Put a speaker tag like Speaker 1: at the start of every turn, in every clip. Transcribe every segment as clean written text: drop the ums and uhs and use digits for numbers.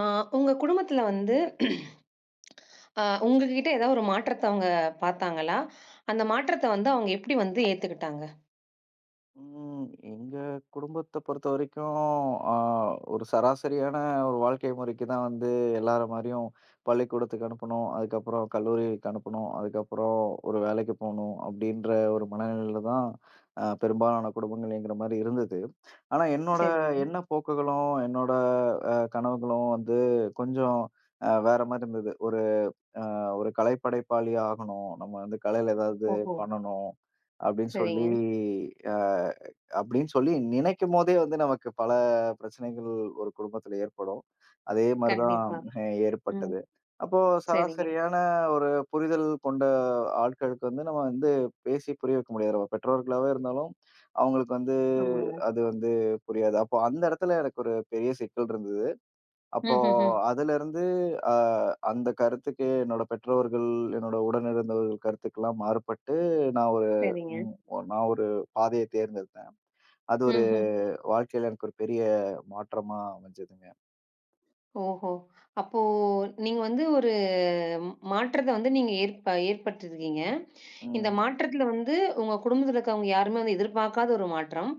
Speaker 1: ஆ உங்க குடும்பத்துல வந்து உங்ககிட்ட ஏதாவது ஒரு மாற்றத்த அவங்க பார்த்தாங்களா? அந்த மாற்றத்த வந்து அவங்க எப்படி வந்து ஏத்துக்கிட்டாங்க?
Speaker 2: ம். எங்க குடும்பத்த பொறுத்தவரைக்கும், அ ஒரு சராசரியான ஒரு வாழ்க்கை முறைக்கு தான் வந்து எல்லார மாரியும் பள்ளிக்கூடத்துக்கு அனுப்பணும். அதுக்கப்புறம் கல்லூரிக்கு அனுப்பணும். அதுக்கப்புறம் ஒரு வேலைக்கு போணும். அப்படின்ற ஒரு மனநிலையில தான் பெரும்பாலான குடும்பங்கள்ங்கிற மாரி இருந்தது. ஆனா என்னோட
Speaker 1: சரிங்க.
Speaker 2: எண்ண போக்குகளும், என்னோட கனவுகளும் வந்து கொஞ்சம் வேற மாரி இருந்தது. அ ஒரு கலைப்படைப்பாளி ஆகணும். நம்ம வந்து கலையில ஏதாவது
Speaker 1: ஓஹோ!
Speaker 2: பண்ணணும். அப்படின்னு சொல்லி
Speaker 1: சரிங்க.
Speaker 2: அ அப்படின்னு சொல்லி நினைக்கும்போதே வந்து நமக்கு பல பிரச்சனைகள் ஒரு குடும்பத்துல ஏற்படும். அதே மாரி தான்
Speaker 1: கண்டிப்பா. ம்.
Speaker 2: ஏற்பட்டது. அப்போ
Speaker 1: சரிங்க.
Speaker 2: சராசரியான ஒரு புரிதல் கொண்ட ஆட்களுக்கு வந்து நம்ம வந்து பேசி புரிய வைக்க முடியாது. நம்ம பெற்றோர்களாவே இருந்தாலும், அவங்களுக்கு வந்து
Speaker 1: ஆமாங்க.
Speaker 2: அது வந்து புரியாது. அப்போ அந்த இடத்துல எனக்கு ஒரு பெரிய சிக்கல் இருந்தது. அப்போ
Speaker 1: ம்ஹ்ஹ்ம்.
Speaker 2: அதிலிருந்து அ அந்த கருத்துக்கு என்னோட பெற்றோர்கள், என்னோட உடன் இருந்தவர்கள் கருத்துக்கெல்லாம் மாறுபட்டு நான் ஒரு
Speaker 1: சரிங்க.
Speaker 2: ம் நான் ஒரு பாதைய தேர்ந்தெடுத்தேன். அது ஒரு
Speaker 1: ம்ஹ்ம்.
Speaker 2: வாழ்க்கையில எனக்கு ஒரு பெரிய மாற்றமா அமைஞ்சதுங்க.
Speaker 1: ஓஹோ! அப்போ நீங்க வந்து ஒரு மாற்றத்த வந்து நீங்க ஏற்படுத்திருக்கீங்க. இந்த
Speaker 2: ம்,
Speaker 1: மாற்றத்துல வந்து உங்க குடும்பத்துல இருக்கவங்க யாருமே வந்து எதிர்பார்க்காத ஒரு மாற்றம்.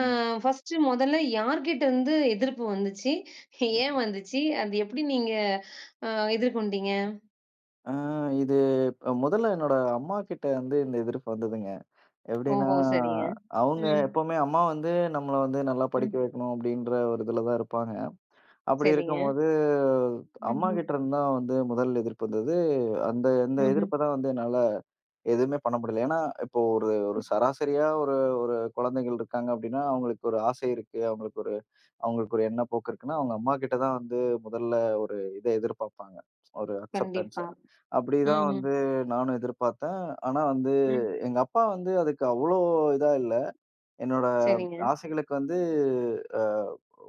Speaker 1: அ ஃபர்ஸ்ட் மொதல்ல யார்கிட்ட இருந்து எதிர்ப்பு வந்துச்சு? ஏன்
Speaker 2: ம்.
Speaker 1: வந்துச்சு? அது எப்படி நீங்க அ எதிர்கொண்டீங்க?
Speaker 2: ஆ இது முதல்ல என்னோட அம்மாகிட்ட வந்து இந்த எதிர்ப்பு வந்ததுங்க. எப்படின்னா,
Speaker 1: ஓஹோ! சரிங்க.
Speaker 2: அவங்க
Speaker 1: ம்,
Speaker 2: எப்பவுமே அம்மா வந்து நம்மள வந்து நல்லா படிக்க
Speaker 1: ம்.
Speaker 2: வைக்கணும் அப்படின்ற ஒரு இதுல தான் இருப்பாங்க. அப்படி
Speaker 1: சரிங்க.
Speaker 2: இருக்கும்போது
Speaker 1: ம்ஹ்ம்,
Speaker 2: அம்மாகிட்ட இருந்து தான் வந்து முதல் எதிர்ப்பு வந்தது. அந்த அந்த
Speaker 1: ம்ஹ்ம்.
Speaker 2: எதிர்ப்ப தான் வந்து என்னால எதுவுமே பண்ண முடியல. ஏன்னா, இப்போ ஒரு ஒரு சராசரியா ஒரு ஒரு குழந்தைகள் இருக்காங்க அப்டின்னா, அவங்களுக்கு ஒரு ஆசை இருக்கு. அவங்களுக்கு ஒரு எண்ணப்போக்கு இருக்குன்னா, அவங்க அம்மா கிட்ட தான் வந்து முதல்ல ஒரு இத எதிர்பார்ப்பாங்க. ஒரு அக்செப்டன்ஸ.
Speaker 1: கண்டிப்பா.
Speaker 2: அப்டிதான்
Speaker 1: ம்ஹ்ம்,
Speaker 2: வந்து நானும் எதிர்பார்த்தேன். ஆனா வந்து
Speaker 1: ம்.
Speaker 2: எங்க அப்பா வந்து அதுக்கு அவ்ளோ இதா இல்ல. என்னோட
Speaker 1: சரிங்க,
Speaker 2: ஆசைகளுக்கு வந்து அ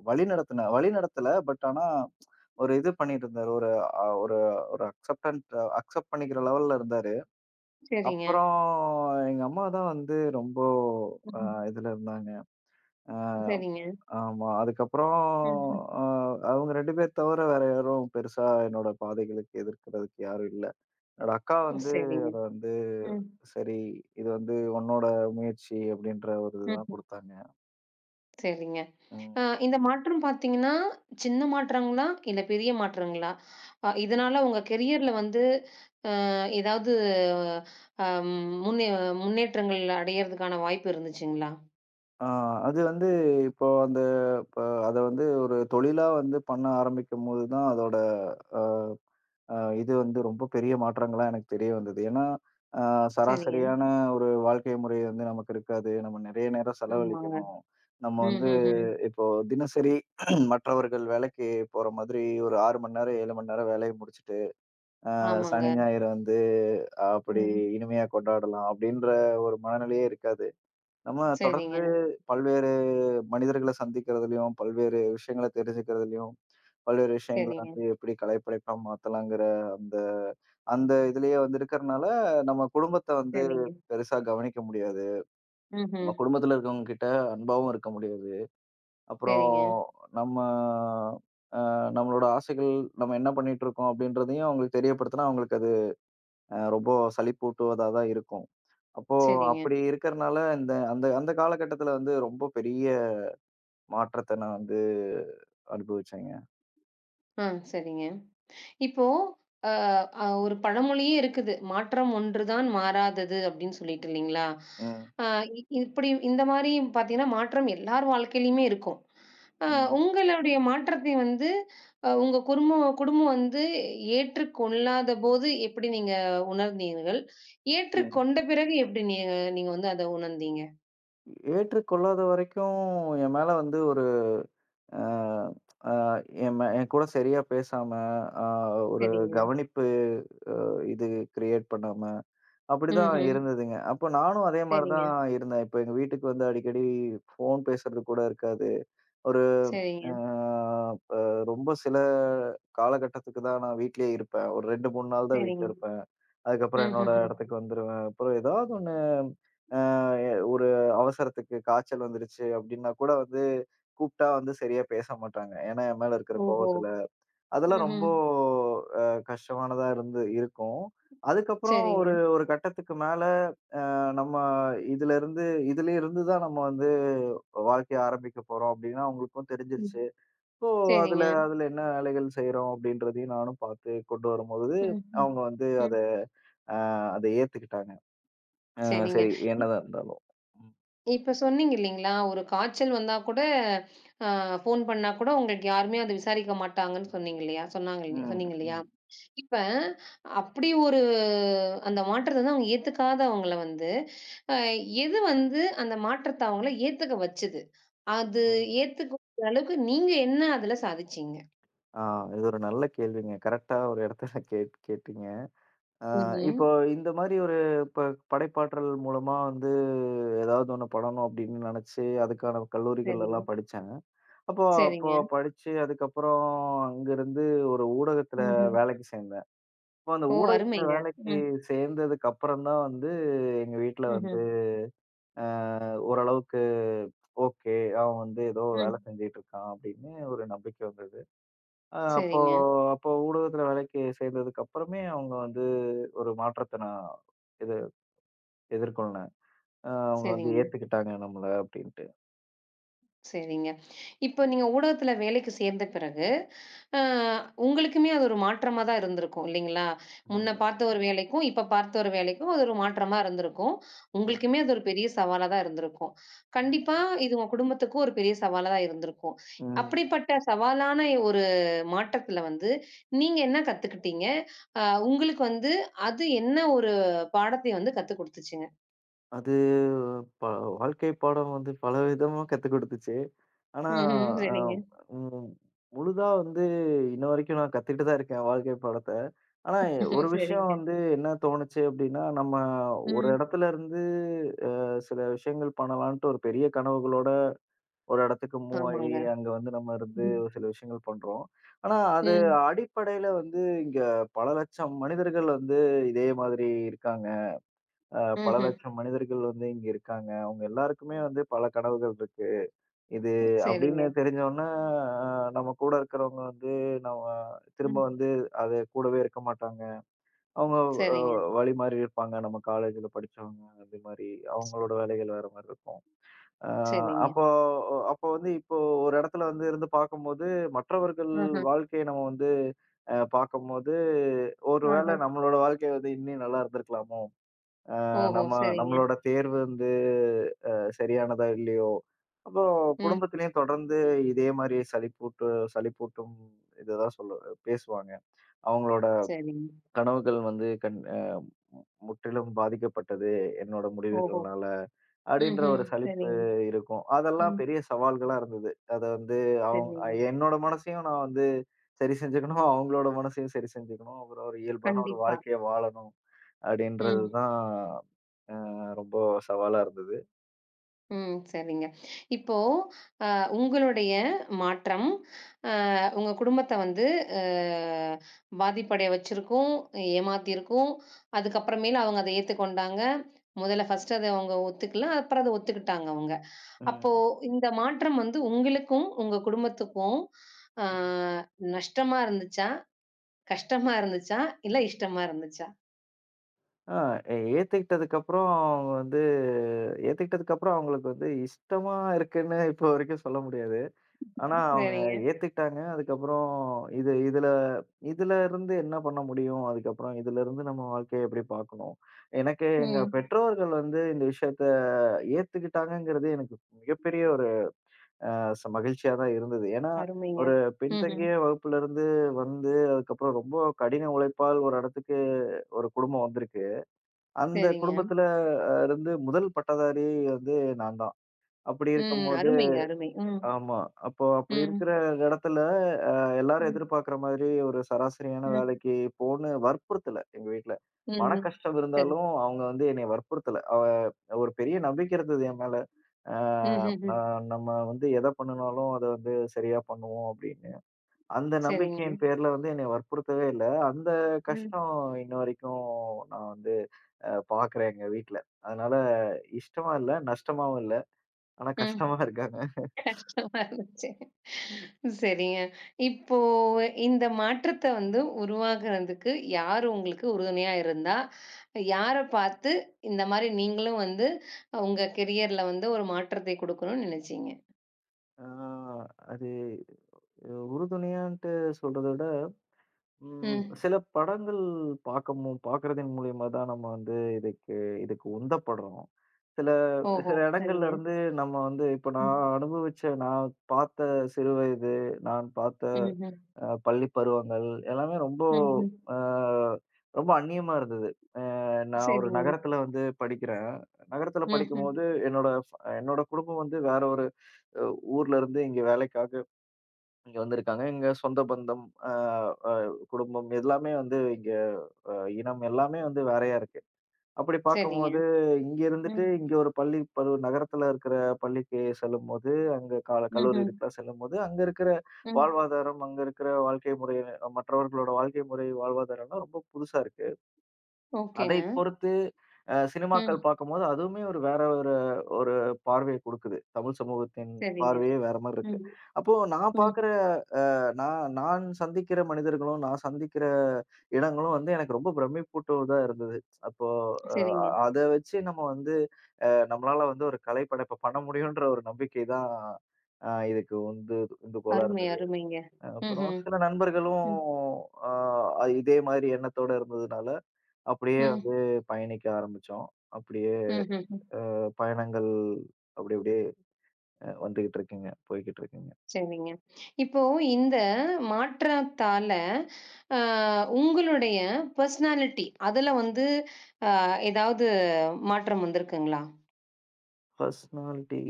Speaker 2: வழிநடத்தல. பட் ஆனா ஒரு இது பண்ணிட்டு இருந்தாரு. ஒரு ஒரு ஒரு அக்செப்டன்ட் அக்செப்ட் பண்ணிக்கிற லெவல்ல இருந்தாரு.
Speaker 1: சரிங்க.
Speaker 2: அப்புறம் எங்க அம்மா தான் வந்து ரொம்ப அ
Speaker 1: ம்ஹ்ம்.
Speaker 2: இதுல இருந்தாங்க. அ
Speaker 1: சரிங்க.
Speaker 2: ஆமா. அதுக்கப்புறம்
Speaker 1: ம்ஹ்ம்.
Speaker 2: அ அவங்க 2 பேர் தவிர வேற யாரும் பெருசா என்னோட பாதைகளுக்கு எதிர்க்கிறதுக்கு யாரும் இல்ல. என்னோட அக்கா வந்து
Speaker 1: சரிங்க.
Speaker 2: அத வந்து
Speaker 1: ம்,
Speaker 2: சரி, இது வந்து உன்னோட முயற்சி அப்படின்ற ஒரு இதுதான்
Speaker 1: ம்ஹ்ம்.
Speaker 2: குடுத்தாங்க.
Speaker 1: சரிங்க.
Speaker 2: ம்.
Speaker 1: இந்த மாற்றம் பார்த்தீங்கன்னா, சின்ன மாற்றங்களா? இல்ல பெரிய மாற்றங்களா? இதனால உங்க கெரியர்ல வந்து ஏதாவது அம் முன்னே முன்னேற்றங்கள் அடையறதுக்கான வாய்ப்பு இருந்துச்சுங்களா?
Speaker 2: ஆ, அது வந்து இப்போ அந்த இப்ப அத வந்து ஒரு தொழிலா வந்து பண்ண ஆரம்பிக்கும்போது தான் அதோட அ, அ, இது வந்து ரொம்ப பெரிய மாற்றங்களா எனக்கு தெரிய வந்தது. ஏன்னா, அ,
Speaker 1: சரிங்க.
Speaker 2: சராசரியான ஒரு வாழ்க்கை முறை வந்து நமக்கு இருக்காது. நம்ம நிறைய நேரம்
Speaker 1: ஆமாங்க.
Speaker 2: செலவழிக்கணும். நம்ம வந்து
Speaker 1: ம்ஹ்ஹ்ம்.
Speaker 2: இப்போ தினசரி மற்றவர்கள் வேலைக்கு போற மாதிரி ஒரு 6 மணி நேரம், 7 மணி நேரம் வேலைய முடிச்சுட்டு, சனி,
Speaker 1: ஆமாங்க.
Speaker 2: ஞாயிறு வந்து அப்படி
Speaker 1: ம்.
Speaker 2: இனிமையா கொண்டாடலாம் அப்படின்ற ஒரு மனநிலையே இருக்காது. நம்ம
Speaker 1: சரிங்க,
Speaker 2: தொடர்ந்து பல்வேறு மனிதர்கள சந்திக்கிறதுலயும், பல்வேறு விஷயங்கள தெரிஞ்சுக்கிறதுலயும், பல்வேறு விஷயங்கள
Speaker 1: சரிங்க,
Speaker 2: வந்து எப்படி கலைப்படைப்பா மாத்தலாங்கிற அந்த அந்த இதுலயே வந்து இருக்கிறனால, நம்ம குடும்பத்த வந்து
Speaker 1: சரிங்க.
Speaker 2: பெருசா கவனிக்க முடியாது. நம்ம
Speaker 1: ம்ஹ்ம்.
Speaker 2: குடும்பத்துல இருக்கவங்க கிட்ட அன்பாவும் இருக்க முடியாது. அப்புறம்
Speaker 1: சரிங்க,
Speaker 2: நம்ம நம்மளோட ஆசைகள், நம்ம என்ன பண்ணிட்டுருக்கோம் அப்படின்றதையும் அவங்களுக்கு தெரியப்படுத்துனா, அவங்களுக்கு அது ரொம்ப சலிப்பூட்டுவதா தான் இருக்கும். அப்போ
Speaker 1: சரிங்க.
Speaker 2: அப்படி இருக்கிறனால, இந்த அந்த அந்த காலகட்டத்துல வந்து ரொம்ப பெரிய மாற்றத்த நான் வந்து அனுபவிச்சேங்க.
Speaker 1: ஆ, சரிங்க. இப்போ அ அ ஒரு பழமொழியே இருக்குது. "மாற்றம் ஒன்றுதான் மாறாதது" அப்படின்னு சொல்லிட்டு இல்லைங்களா?
Speaker 2: ம்,
Speaker 1: அ இப்படி இந்த மாரி பார்த்தீங்கன்னா, மாற்றம் எல்லார் வாழ்க்கையிலயுமே இருக்கும். அ
Speaker 2: ம்,
Speaker 1: உங்களுடைய மாற்றத்தை வந்து உங்க குடும்பம் குடும்பம் வந்து ஏற்றுக்கொள்ளாதபோது எப்படி நீங்க உணர்ந்தீர்கள்?
Speaker 2: ம்.
Speaker 1: ஏற்றுக்கொண்ட பிறகு எப்படி நீங்க நீங்க வந்து அத உணர்ந்தீங்க?
Speaker 2: ஏற்றுக்கொள்ளாத வரைக்கும் என் மேல வந்து ஒரு அ அ என் கூட சரியா பேசாம, அ ஒரு
Speaker 1: சரிங்க.
Speaker 2: கவனிப்பு இது கிரியேட் பண்ணாம, அப்படிதான்
Speaker 1: ம்ஹ்ம்.
Speaker 2: இருந்ததுங்க. அப்போ நானும் அதே மாரி
Speaker 1: சரிங்க,
Speaker 2: தான் இருந்தேன். இப்போ எங்க வீட்டுக்கு வந்து அடிக்கடி ஃபோன் பேசுறது கூட இருக்காது. ஒரு
Speaker 1: சரிங்க,
Speaker 2: அ ப ரொம்ப சில காலகட்டத்துக்கு தான் நான் வீட்லயே இருப்பேன். ஒரு 2, 3 நாள் தான் வீட்ல
Speaker 1: சரிங்க.
Speaker 2: இருப்பேன். அதுக்கப்புறம் என்னோட
Speaker 1: ம்ஹ்ஹும்.
Speaker 2: இடத்துக்கு வந்துருவேன். அப்புறம் ஏதாவது ஒண்ணு ஒரு அவசரத்துக்கு காய்ச்சல் வந்துருச்சு அப்படின்னா கூட வந்து கூப்பிட்டா வந்து சரியா பேச மாட்டாங்க. ஏன்னா, என் மேல இருக்கிற
Speaker 1: ஓஹோ!
Speaker 2: கோவத்துல. அதெல்லாம் ரொம்ப
Speaker 1: ம்ஹ்ம்.
Speaker 2: அ கஷ்டமானதா இருந்து இருக்கும். அதுக்கப்புறம் ஒரு
Speaker 1: சரிங்க.
Speaker 2: ஒரு கட்டத்துக்கு மேல நம்ம இதிலருந்து இதிலேருந்து தான் நம்ம வந்து வாழ்க்கைய ஆரம்பிக்க போறோம் அப்படின்னா அவங்களுக்கும்
Speaker 1: ம்.
Speaker 2: தெரிஞ்சிருச்சு. ஸோ அதுல
Speaker 1: சரிங்க.
Speaker 2: அதுல என்ன வேலைகள் செய்றோம் அப்படின்றதையும் நானும் பார்த்து கொண்டு வரும்பொழுது
Speaker 1: ம், ம்.
Speaker 2: அவங்க வந்து
Speaker 1: ம்.
Speaker 2: அத அ அத ஏத்துக்கிட்டாங்க.
Speaker 1: சரிங்க.
Speaker 2: சரி.
Speaker 1: இப்
Speaker 2: என்னதான் இருந்தாலும். ம்.
Speaker 1: இப்ப சொன்னீங்க இல்லீங்களா? ஒரு காய்ச்சல் வந்தா கூட அ ஃபோன் பண்ணா கூட உங்களுக்கு யாருமே அத விசாரிக்க மாட்டாங்கன்னு சொன்னீங்க இல்லையா? சொன்னாங்க இல்ல
Speaker 2: ம்,
Speaker 1: சொன்னீங்க இல்லையா?
Speaker 2: ம்,
Speaker 1: இப்ப அப்படி ஒரு அந்த மாற்றத்த வந்து அவங்க ஏத்துக்காதவங்கள வந்து, அ எது வந்து அந்த மாற்றத்த அவங்கள ஏத்துக்க வச்சது? அது
Speaker 2: ம்.
Speaker 1: ஏத்துக்கக்கூடிய அளவுக்கு நீங்க என்ன அதுல சாதிச்சீங்க?
Speaker 2: ஆ இது ஒரு நல்ல கேள்விங்க. கரெக்ட்டா ஒரு இடத்துல கேட்டீங்க. ஆ
Speaker 1: ம்ஹ்ம்.
Speaker 2: இப்போ இந்த மாரி ஒரு இப்ப படைப்பாற்றல் மூலமா வந்து ஏதாவது ஒண்ணு பண்ணணும் அப்படின்னு நெனச்சு, அதுக்கான கல்லூரிகள்
Speaker 1: சரிங்க,
Speaker 2: எல்லாம் படிச்சேங்க. அப்போ அப்போ
Speaker 1: சரிங்க.
Speaker 2: படிச்சு அதுக்கப்புறம் அங்கருந்து ஒரு ஊடகத்துல
Speaker 1: ம்ஹ்ம்.
Speaker 2: வேலைக்கு சேர்ந்தேன். அப்போ அந்த
Speaker 1: ஓ!
Speaker 2: ஊடகத்துல
Speaker 1: அருமைங்க.
Speaker 2: வேலைக்கு
Speaker 1: ம்.
Speaker 2: சேர்ந்ததுக்கு அப்புறம் தான் வந்து எங்க வீட்ல வந்து
Speaker 1: ம்ஹ்ம்.
Speaker 2: அ ஓரளவுக்கு ஓகே. அவன் வந்து ஏதோ வேலை
Speaker 1: ம்.
Speaker 2: செஞ்சுட்டு இருக்கான் அப்படின்னு ஒரு நம்பிக்கை வந்தது. அ அப்போ
Speaker 1: சரிங்க,
Speaker 2: அப்போ ஊடகத்துல வேலைக்கு சேர்ந்ததுக்கு அப்புறமே அவங்க வந்து ஒரு மாற்றத்த நான் எது எதிர்கொள்னேன். அவங்க வந்து
Speaker 1: சரிங்க.
Speaker 2: ஏத்துக்கிட்டாங்க நம்மள அப்படின்ட்டு.
Speaker 1: சரிங்க. இப்ப நீங்க ஊடகத்துல வேலைக்கு சேர்ந்த பிறகு, அ உங்களுக்குமே அது ஒரு மாற்றமா தான் இருந்திருக்கும் இல்லைங்களா? முன்ன
Speaker 2: ம்,
Speaker 1: பார்த்த ஒரு வேலைக்கும், இப்ப பார்த்த ஒரு வேலைக்கும் அது ஒரு மாற்றமா இருந்திருக்கும்.
Speaker 2: ம்,
Speaker 1: உங்களுக்குமே அது ஒரு பெரிய சவாலா தான் இருந்திருக்கும். கண்டிப்பா
Speaker 2: ம்,
Speaker 1: இது உங்க குடும்பத்துக்கும் ஒரு பெரிய சவாலா தான் இருந்திருக்கும்.
Speaker 2: ம்.
Speaker 1: அப்படிப்பட்ட சவாலான ஒரு மாற்றத்துல வந்து நீங்க என்ன கத்துக்கிட்டீங்க? அ உங்களுக்கு வந்து அது என்ன ஒரு பாடத்தை வந்து கத்துக் குடுத்துச்சுங்க?
Speaker 2: அது ப வாழ்க்கை பாடம் வந்து பல விதமா கத்துக் கொடுத்துச்சு. ஆனா
Speaker 1: ம்ஹ்ம்.
Speaker 2: அ
Speaker 1: சரிங்க.
Speaker 2: ம் முழுதா வந்து இன்ன வரைக்கும் நான் கத்துக்கிட்டு தான் இருக்கேன் வாழ்க்கை பாடத்த. ஆனா,
Speaker 1: ம்ஹும்,
Speaker 2: ஒரு விஷயம்
Speaker 1: சரிங்க.
Speaker 2: வந்து என்ன தோணுச்சு அப்டின்னா, நம்ம ஒரு
Speaker 1: ம்.
Speaker 2: இடத்துல இருந்து அ சில விஷயங்கள் பண்ணலான்ட்டு ஒரு பெரிய கனவுகளோட ஒரு இடத்துக்கு மூவ் ஆயி,
Speaker 1: ஆமாங்க.
Speaker 2: அங்க வந்து நம்ம இருந்து ஒரு சில விஷயங்கள் பண்றோம். ஆனா, அது
Speaker 1: ம்.
Speaker 2: அடிப்படையில வந்து இங்க பல லட்சம் மனிதர்கள் வந்து இதே மாதிரி இருக்காங்க. அ பல
Speaker 1: ம்ஹ்ம்.
Speaker 2: லட்சம் மனிதர்கள் வந்து இங்க இருக்காங்க. அவங்க எல்லாருக்குமே வந்து பல கனவுகள் இருக்கு. இது
Speaker 1: சரிங்க.
Speaker 2: அப்டின்னு தெரிஞ்சோனே, அ நம்ம கூட இருக்கிறவங்க வந்து நம்ம திரும்ப
Speaker 1: ம்.
Speaker 2: வந்து அது கூடவே இருக்க மாட்டாங்க. அவங்க அ
Speaker 1: சரிங்க.
Speaker 2: வழி மாறி இருப்பாங்க. நம்ம காலேஜ்ல படிச்சவங்க அது மாரி
Speaker 1: ஸ்
Speaker 2: அவங்களோட வேலைகள் வேற மாரி இருக்கும். அ
Speaker 1: சரிங்க.
Speaker 2: அப்போ அப்போ வந்து இப்போ ஒரு இடத்துல வந்து இருந்து பார்க்கும்போது, மற்றவர்கள்
Speaker 1: ஆஹா,
Speaker 2: வாழ்க்கைய நம்ம வந்து பார்க்கும்போது, ஒரு
Speaker 1: ஆஹா.
Speaker 2: வேளை நம்மளோட வாழ்க்கை வந்து இன்னும் நல்லா இருந்திருக்கலாமோ!
Speaker 1: ஓஹோ!
Speaker 2: நம்ம
Speaker 1: சரிங்க.
Speaker 2: நம்மளோட தேர்வு வந்து அ சரியானதா இல்லையோ! அப்போ
Speaker 1: ம்.
Speaker 2: குடும்பத்திலயும் தொடர்ந்து இதே மாரி சலிப்பூட்டும் இதுதான் சொல்ல பேசுவாங்க. அவங்களோட
Speaker 1: சரிங்க.
Speaker 2: கனவுகள் வந்து கண் மு முற்றிலும் பாதிக்கப்பட்டது என்னோட
Speaker 1: ஓஹோ!
Speaker 2: முடிவுகள்னால. அப்படின்ற
Speaker 1: ம்ஹ்ம்.
Speaker 2: ஒரு சலிப்பு
Speaker 1: சரிங்க.
Speaker 2: இருக்கும். அதெல்லாம்
Speaker 1: ம்.
Speaker 2: பெரிய சவால்களா இருந்தது. அத வந்து அவங்
Speaker 1: சரிங்க.
Speaker 2: என்னோட மனசையும் நான் வந்து சரி செஞ்சுக்கணும். அவங்களோட மனசையும் சரி செஞ்சுக்கணும். அப்புறம் ஒரு இயல்பான ஒரு
Speaker 1: கண்டிப்பா.
Speaker 2: வாழ்க்கைய வாழணும். அப்படின்றது
Speaker 1: ம்.
Speaker 2: தான் ரொம்ப சவாலா இருந்தது.
Speaker 1: ம். சரிங்க. இப்போ அ உங்களுடைய மாற்றம் அ உங்க குடும்பத்த வந்து அ பாதிப்படைய வச்சிருக்கும், ஏமாத்தியிருக்கும். அதுக்கப்புறமேலு அவங்க அத ஏத்துக்கொண்டாங்க. முதல்ல அத அவங்க ஒத்துக்கல. அப்புறம் அத ஒத்துக்கிட்டாங்க அவங்க. அப்போ
Speaker 2: ம்.
Speaker 1: இந்த மாற்றம் வந்து உங்களுக்கும், உங்க குடும்பத்துக்கும் ஆ
Speaker 2: ம்.
Speaker 1: நஷ்டமா இருந்துச்சா? கஷ்டமா இருந்துச்சா? இல்ல இஷ்டமா இருந்துச்சா?
Speaker 2: ஆ ஏத்துக்கிட்டதுக்கப்புறம் அவங்க வந்து ஏத்துக்கிட்டதுக்கப்புறம் அவங்களுக்கு வந்து இஷ்டமா இருக்குன்னு இப்போ வரைக்கும் சொல்ல முடியாது. ஆனா, அவங்க
Speaker 1: சரிங்க.
Speaker 2: ஏத்துக்கிட்டாங்க. அதுக்கப்புறம் இது இதுல இதுல இருந்து என்ன பண்ண முடியும்? அதுக்கப்புறம் இதுலருந்து நம்ம வாழ்க்கைய எப்படி பார்க்கணும்? எனக்கு எங்க
Speaker 1: ம்.
Speaker 2: பெற்றோர்கள் வந்து இந்த விஷயத்த ஏத்துக்கிட்டாங்கங்கிறது எனக்கு மிகப்பெரிய ஒரு மகிழ்ச்சியா தான் இருந்தது. ஏன்னா,
Speaker 1: அருமைங்க.
Speaker 2: ஒரு
Speaker 1: ம்ஹ்ம்.
Speaker 2: பின்தங்கிய வகுப்புலருந்து வந்து, அதுக்கப்புறம் ரொம்ப கடின உழைப்பால் ஒரு இடத்துக்கு ஒரு குடும்பம் வந்திருக்கு. அந்த
Speaker 1: சரிங்க.
Speaker 2: குடும்பத்துல இருந்து முதல் பட்டதாரி வந்து நான் தான். அப்படி
Speaker 1: ம்.
Speaker 2: இருக்கும்போது
Speaker 1: அருமைங்க, அருமை. ம்.
Speaker 2: ஆமா. அப்போ அப்படி
Speaker 1: ம்.
Speaker 2: இருக்கிற இடத்துல, அ எல்லாரும்
Speaker 1: ம்.
Speaker 2: எதிர்பார்க்கிற மாதிரி ஒரு சராசரியான
Speaker 1: ம்.
Speaker 2: வேலைக்கு போன்னு வற்புறுத்தல எங்க வீட்ல.
Speaker 1: ம்ஹ்ம்.
Speaker 2: மனக்கஷ்டம்
Speaker 1: சரி.
Speaker 2: இருந்தாலும் அவங்க வந்து என்னைய வற்புறுத்தல. ஒரு பெரிய நம்பிக்கை இருந்தது என் மேல. அ
Speaker 1: ம்ஹ்ஹ்ம்.
Speaker 2: நான் நம்ம வந்து எத பண்ணுனாலும் அத வந்து சரியா பண்ணுவோம் அப்படின்னு. அந்த
Speaker 1: சரிங்க.
Speaker 2: நம்பிக்கையின் பேர்ல வந்து என்னைய வற்புறுத்தவே இல்ல. அந்த
Speaker 1: ம்.
Speaker 2: கஷ்டம் இன்ன வரைக்கும் நான் வந்து பார்க்குறேன் எங்க வீட்ல. அதனால இஷ்டமா இல்ல, நஷ்டமாவும் இல்ல. ஆனா
Speaker 1: ம்.
Speaker 2: கஷ்டமா இருக்காங்க.
Speaker 1: கஷ்டமா இருந்துச்சு. சரிங்க. இப்போ இந்த மாற்றத்த வந்து உருவாகுறதுக்கு யாரு உங்களுக்கு உறுதுணையா இருந்தா, யார பார்த்து இந்த மாரி நீங்களும் வந்து உங்க கெரியர்ல வந்து ஒரு மாற்றத்தை குடுக்கணும்னு நினைச்சீங்க?
Speaker 2: ஆ அது உறுதுணையான்ட்டு சொல்றத விட,
Speaker 1: ம்.
Speaker 2: சில படங்கள் பாக்குறதின் மூலியமா தான் நம்ம வந்து இதுக்கு இதுக்கு உந்தப்படுறோம். சில
Speaker 1: ஓஹோ!
Speaker 2: சில இடங்கள்ல
Speaker 1: சரிங்க.
Speaker 2: இருந்து நம்ம வந்து இப்ப நான்
Speaker 1: ம்.
Speaker 2: அனுபவிச்ச, நான் பாத்த சிறு வயது, நான் பாத்த
Speaker 1: ம்ஹ்ம்.
Speaker 2: பள்ளி பருவங்கள் எல்லாமே ரொம்ப
Speaker 1: ம்ஹ்ம்.
Speaker 2: அ ரொம்ப அந்நியமா இருந்தது. நான் ஒரு
Speaker 1: சரிங்க.
Speaker 2: நகரத்துல வந்து படிக்கிறேன். நகரத்துல
Speaker 1: ம்ஹ்ம்.
Speaker 2: படிக்கும்போது, என்னோட என்னோட குடும்பம் வந்து வேற ஒரு அ ஊர்ல இருந்து இங்க வேலைக்காக இங்க வந்திருக்காங்க. எங்க சொந்த பந்தம், அ அ குடும்பம் எல்லாமே வந்து இங்க அ இனம் எல்லாமே வந்து வேறையா இருக்கு. அப்படி
Speaker 1: சரிங்க.
Speaker 2: பார்க்கும்போது, இங்க இருந்துட்டு
Speaker 1: ம்.
Speaker 2: இங்க ஒரு பள்ளி பருவ நகரத்துல இருக்கிற பள்ளிக்கு செல்லும்போது, அங்க கல்லூரி
Speaker 1: ம்ஹ்ம்.
Speaker 2: இதுக்கெல்லாம் செல்லும்போது, அங்க இருக்கிற
Speaker 1: ம்.
Speaker 2: வாழ்வாதாரம், அங்க இருக்கிற வாழ்க்கை முறை, மற்றவர்களோட வாழ்க்கை முறை, வாழ்வாதாரம்லாம் ரொம்ப புதுசா இருக்கு. அதை
Speaker 1: ஓகேங்க.
Speaker 2: பொறுத்து சினிமாக்கள்
Speaker 1: ம்.
Speaker 2: பார்க்கும்போது, அதுவுமே ஒரு ஒரு பார்வைய குடுக்குது. தமிழ் சமூகத்தின்
Speaker 1: சரிங்க.
Speaker 2: பார்வையே வேற மாரி
Speaker 1: ம்.
Speaker 2: இருக்கு. அப்போ
Speaker 1: ம்.
Speaker 2: நான் நான் சந்திக்கிற மனிதர்களும், நான் சந்திக்கிற இடங்களும் வந்து எனக்கு ரொம்ப பிரமிப்பூட்டுவதா இருந்தது. அப்போ அ
Speaker 1: சரிங்க.
Speaker 2: அத வச்சு நம்ம வந்து நம்மளால வந்து ஒரு கலைப்படைப்ப பண்ண முடியுன்ற ஒரு நம்பிக்கை தான் இதுக்கு உந்துகோலா
Speaker 1: அருமை,
Speaker 2: இருந்தது.
Speaker 1: அருமைங்க.
Speaker 2: அப்புறம்
Speaker 1: ம்ஹ்ம்.
Speaker 2: சில நண்பர்களும்
Speaker 1: ம்.
Speaker 2: அ இதே மாரி எண்ணத்தோட இருந்ததுனால, அப்படியே
Speaker 1: ம்.
Speaker 2: வந்து பயணிக்க ஆரம்பிச்சோம். அப்படியே
Speaker 1: ம்ஹ்ம்.
Speaker 2: பயணங்கள் அப்படியே வந்துகிட்டு இருக்குங்க. போய்க்கிட்டு இருக்குங்க.
Speaker 1: சரிங்க. இப்போ இந்த மாற்றத்தால, அ உங்களுடைய பெர்சனாலிட்டி அதுல வந்து அ ஏதாவது மாற்றம் வந்திருக்குங்களா?
Speaker 2: பர்சனல் டே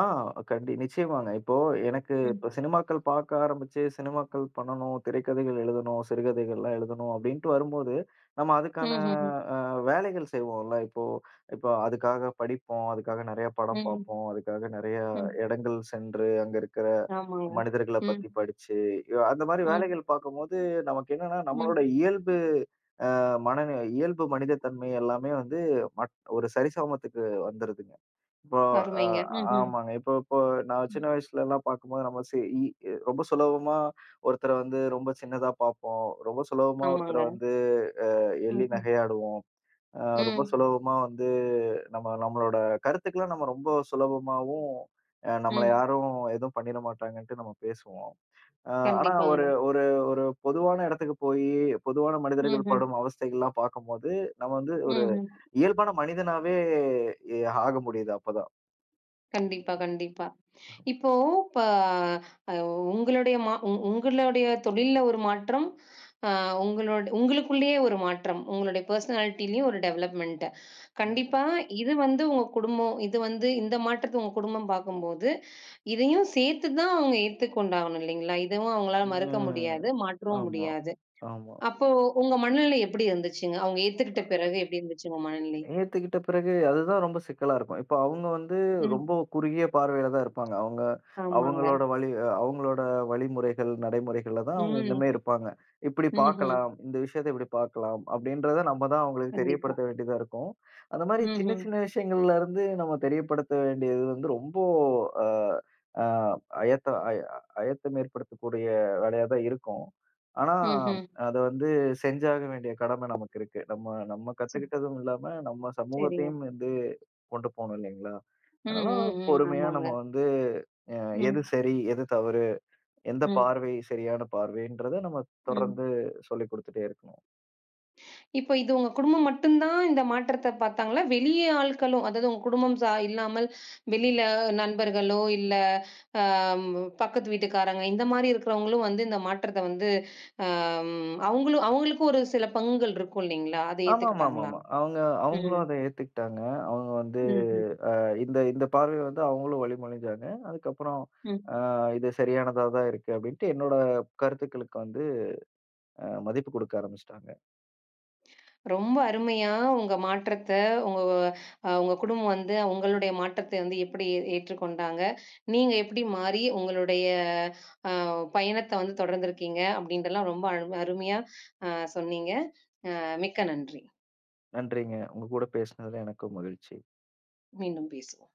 Speaker 2: ஆ கண்டி நிச்சயமாங்க. இப்போ எனக்கு
Speaker 1: ம்.
Speaker 2: இப்ப சினிமாக்கள் பார்க்க ஆரம்பிச்சு, சினிமாக்கள் பண்ணணும், திரைக்கதைகள் எழுதணும், சிறுகதைகள்லாம் எழுதணும் அப்டின்ட்டு வரும்போது, நம்ம அதுக்கான
Speaker 1: ம்ஹ்ஹ்ம்.
Speaker 2: அ வேலைகள் செய்வோம்ல. இப்போ இப்போ அதுக்காக படிப்போம், அதுக்காக நெறைய
Speaker 1: ம்,
Speaker 2: படம்
Speaker 1: ம்.
Speaker 2: பார்ப்போம், அதுக்காக நெறைய
Speaker 1: ம், ம்.
Speaker 2: இடங்கள் சென்று, அங்க இருக்கிற
Speaker 1: ஆமாங்க.
Speaker 2: மனிதர்கள
Speaker 1: ம்,
Speaker 2: பத்தி படிச்சு, அந்த மாரி
Speaker 1: ம்,
Speaker 2: வேலைகள் பார்க்கும்போது, நமக்கு என்னன்னா நம்மளோட
Speaker 1: ம்.
Speaker 2: இயல்பு அ மன இயல்பு மனித தன்மை எல்லாமே வந்து ஒரு சரிசமத்துக்கு வந்துருதுங்க. இப்போ அ
Speaker 1: அருமைங்க. ம்ஹ்ம்.
Speaker 2: ஆமாங்க. இப்போ இப்போ நான் சின்ன வயசுலலாம் பார்க்கும்போது நம்ம சி இ ரொம்ப சுலபமா ஒருத்தர வந்து ரொம்ப சின்னதா பார்ப்போம். ரொம்ப சுலபமா ஒருத்தர
Speaker 1: ஆமாங்க.
Speaker 2: வந்து எள்ளி
Speaker 1: ம்ஹ்ம்.
Speaker 2: நகையாடுவோம்.
Speaker 1: ம்,
Speaker 2: ரொம்ப
Speaker 1: ம்.
Speaker 2: சுலபமா வந்து நம்மளோட கருத்துக்கள நம்ம ரொம்ப சுலபமாவும், நம்மள
Speaker 1: ம்.
Speaker 2: யாரும் எதுவும் பண்ணிட மாட்டாங்கன்ட்டு நம்ம பேசுவோம். அ ஆனா ஒரு
Speaker 1: கண்டிப்பாங்க.
Speaker 2: ஒரு ஒரு பொதுவான இடத்துக்கு போயி, பொதுவான மனிதர்கள்
Speaker 1: ம்ஹ்ம்.
Speaker 2: படும் அவஸ்தைகள்லாம் பார்க்கும்போது, நம்ம வந்து ஒரு
Speaker 1: ம்ஹ்ம்.
Speaker 2: இயல்பான மனிதனாவே எ ஆக முடியுது அப்பதான்.
Speaker 1: கண்டிப்பா,
Speaker 2: ம்.
Speaker 1: கண்டிப்பா. இப்போ ப அ உங்களுடைய மா உ உங்களுடைய தொழில்ல ஒரு மாற்றம், அ உங்களோட உங்களுக்குள்ளேயே ஒரு மாற்றம். உங்களுடைய பெர்சனாலிட்டிலயும் ஒரு டெவலப்மென்ட்.
Speaker 2: ம்.
Speaker 1: கண்டிப்பா இது வந்து உங்க குடும்பம், இது வந்து இந்த மாற்றத்த உங்க குடும்பம் பார்க்கும்போது, இதையும் சேர்த்து தான் அவங்க ஏத்துக்கொண்டாகணும் இல்லைங்களா? இதுவும் அவங்களால மறுக்க
Speaker 2: ம்.
Speaker 1: முடியாது, மாற்றவும்
Speaker 2: ஆமா,
Speaker 1: முடியாது.
Speaker 2: ஆமா.
Speaker 1: அப்போ உங்க மனநிலை எப்படி இருந்துச்சுங்க? அவங்க ஏத்துக்கிட்ட பிறகு எப்படி இருந்துச்சு உங்க மனநிலை?
Speaker 2: ஏத்துக்கிட்ட பிறகு அதுதான் ரொம்ப சிக்கலா இருக்கும். இப்ப அவங்க வந்து
Speaker 1: ம்.
Speaker 2: ரொம்ப குறுகிய பார்வையில தான் இருப்பாங்க. அவங்க
Speaker 1: ஆமாங்க.
Speaker 2: அவங்களோட வழிமுறைகள், நடைமுறைகள்ல தான் அவங்க
Speaker 1: ம்.
Speaker 2: இன்னுமே இருப்பாங்க. இப்படி
Speaker 1: ம்ஹ்ம்.
Speaker 2: பார்க்கலாம், இந்த விஷயத்த இப்படி பார்க்கலாம் அப்படின்றத நம்ம தான் அவங்களுக்கு
Speaker 1: கண்டிப்பா.
Speaker 2: தெரியப்படுத்த வேண்டியதா இருக்கும். அந்த மாரி சின்ன
Speaker 1: ம்ஹ்ம்.
Speaker 2: சின்ன விஷயங்கள்ல இருந்து நம்ம தெரியப்படுத்த வேண்டியது வந்து ரொம்ப அ அ அயத்த அய அயத்தம் ஏற்படுத்தக்கூடிய வேலையா தான் இருக்கும். ஆனா,
Speaker 1: ம்ஹ்ம்.
Speaker 2: அத வந்து செஞ்சாக வேண்டிய கடமை நமக்கு இருக்கு. நம்ம நம்ம
Speaker 1: சரி.
Speaker 2: கத்துக்கிட்டதும் இல்லாம, நம்ம
Speaker 1: சரிங்க.
Speaker 2: சமூகத்தையும் வந்து கொண்டு போணும் இல்லைங்களா?
Speaker 1: ம்,
Speaker 2: அதனால
Speaker 1: ம், ம்.
Speaker 2: பொறுமையா
Speaker 1: ஆமாங்க.
Speaker 2: நம்ம வந்து அ எது
Speaker 1: ம்,
Speaker 2: சரி, எது தவறு, எந்த
Speaker 1: ம்,
Speaker 2: பார்வை சரியான பார்வைன்றத நம்ம
Speaker 1: ம்.
Speaker 2: தொடர்ந்து சொல்லிக் குடுத்துட்டே இருக்கணும்.
Speaker 1: இப்போ இது உங்க குடும்பம் மட்டும் தான் இந்த மாற்றத்த பார்த்தாங்களா? வெளிய ஆட்களும், அதாவது உங்க குடும்பம் இல்லாமல் வெளியில நண்பர்களோ, இல்ல அம் பக்கத்து வீட்டுக்காரங்க இந்த மாரி இருக்கிறவங்களும் வந்து இந்த மாற்றத்த வந்து அம் அவங்களும் அவங்களுக்கும் ஒரு சில பங்குகள் இருக்கும் இல்லைங்களா? அத ஏத்துக்கிட்டாங்களா?
Speaker 2: ஆமாமாமாமா. அவங்க
Speaker 1: ம்.
Speaker 2: அவங்களும் அத ஏத்துக்கிட்டாங்க. அவங்க வந்து
Speaker 1: ம்ஹ்ம்.
Speaker 2: அ இந்த இந்த பார்வை வந்து அவங்களும் வழிமொழிஞ்சாங்க. அதுக்கப்புறம்
Speaker 1: ம்.
Speaker 2: அ இது சரியானதா தான் இருக்கு அப்டின்ட்டு என்னோட கருத்துக்களுக்கு வந்து மதிப்பு குடுக்க ஆரம்பிச்சுட்டாங்க.
Speaker 1: ரொம்ப அருமையா உங்க மாற்றத்த, உங்க உங்க குடும்பம் வந்து உங்களுடைய மாற்றத்தை வந்து எப்படி ஏற்றுக்கொண்டாங்க? நீங்க எப்படி மாறி உங்களுடைய அ பயணத்த வந்து தொடர்ந்திருக்கீங்க? அப்படின்ட்டுலாம் ரொம்ப அருமையா அ சொன்னீங்க. மிக்க நன்றி.
Speaker 2: நன்றிங்க. உங்க கூட பேசினதுல எனக்கும் மகிழ்ச்சி.
Speaker 1: மீண்டும் பேசுவோம்.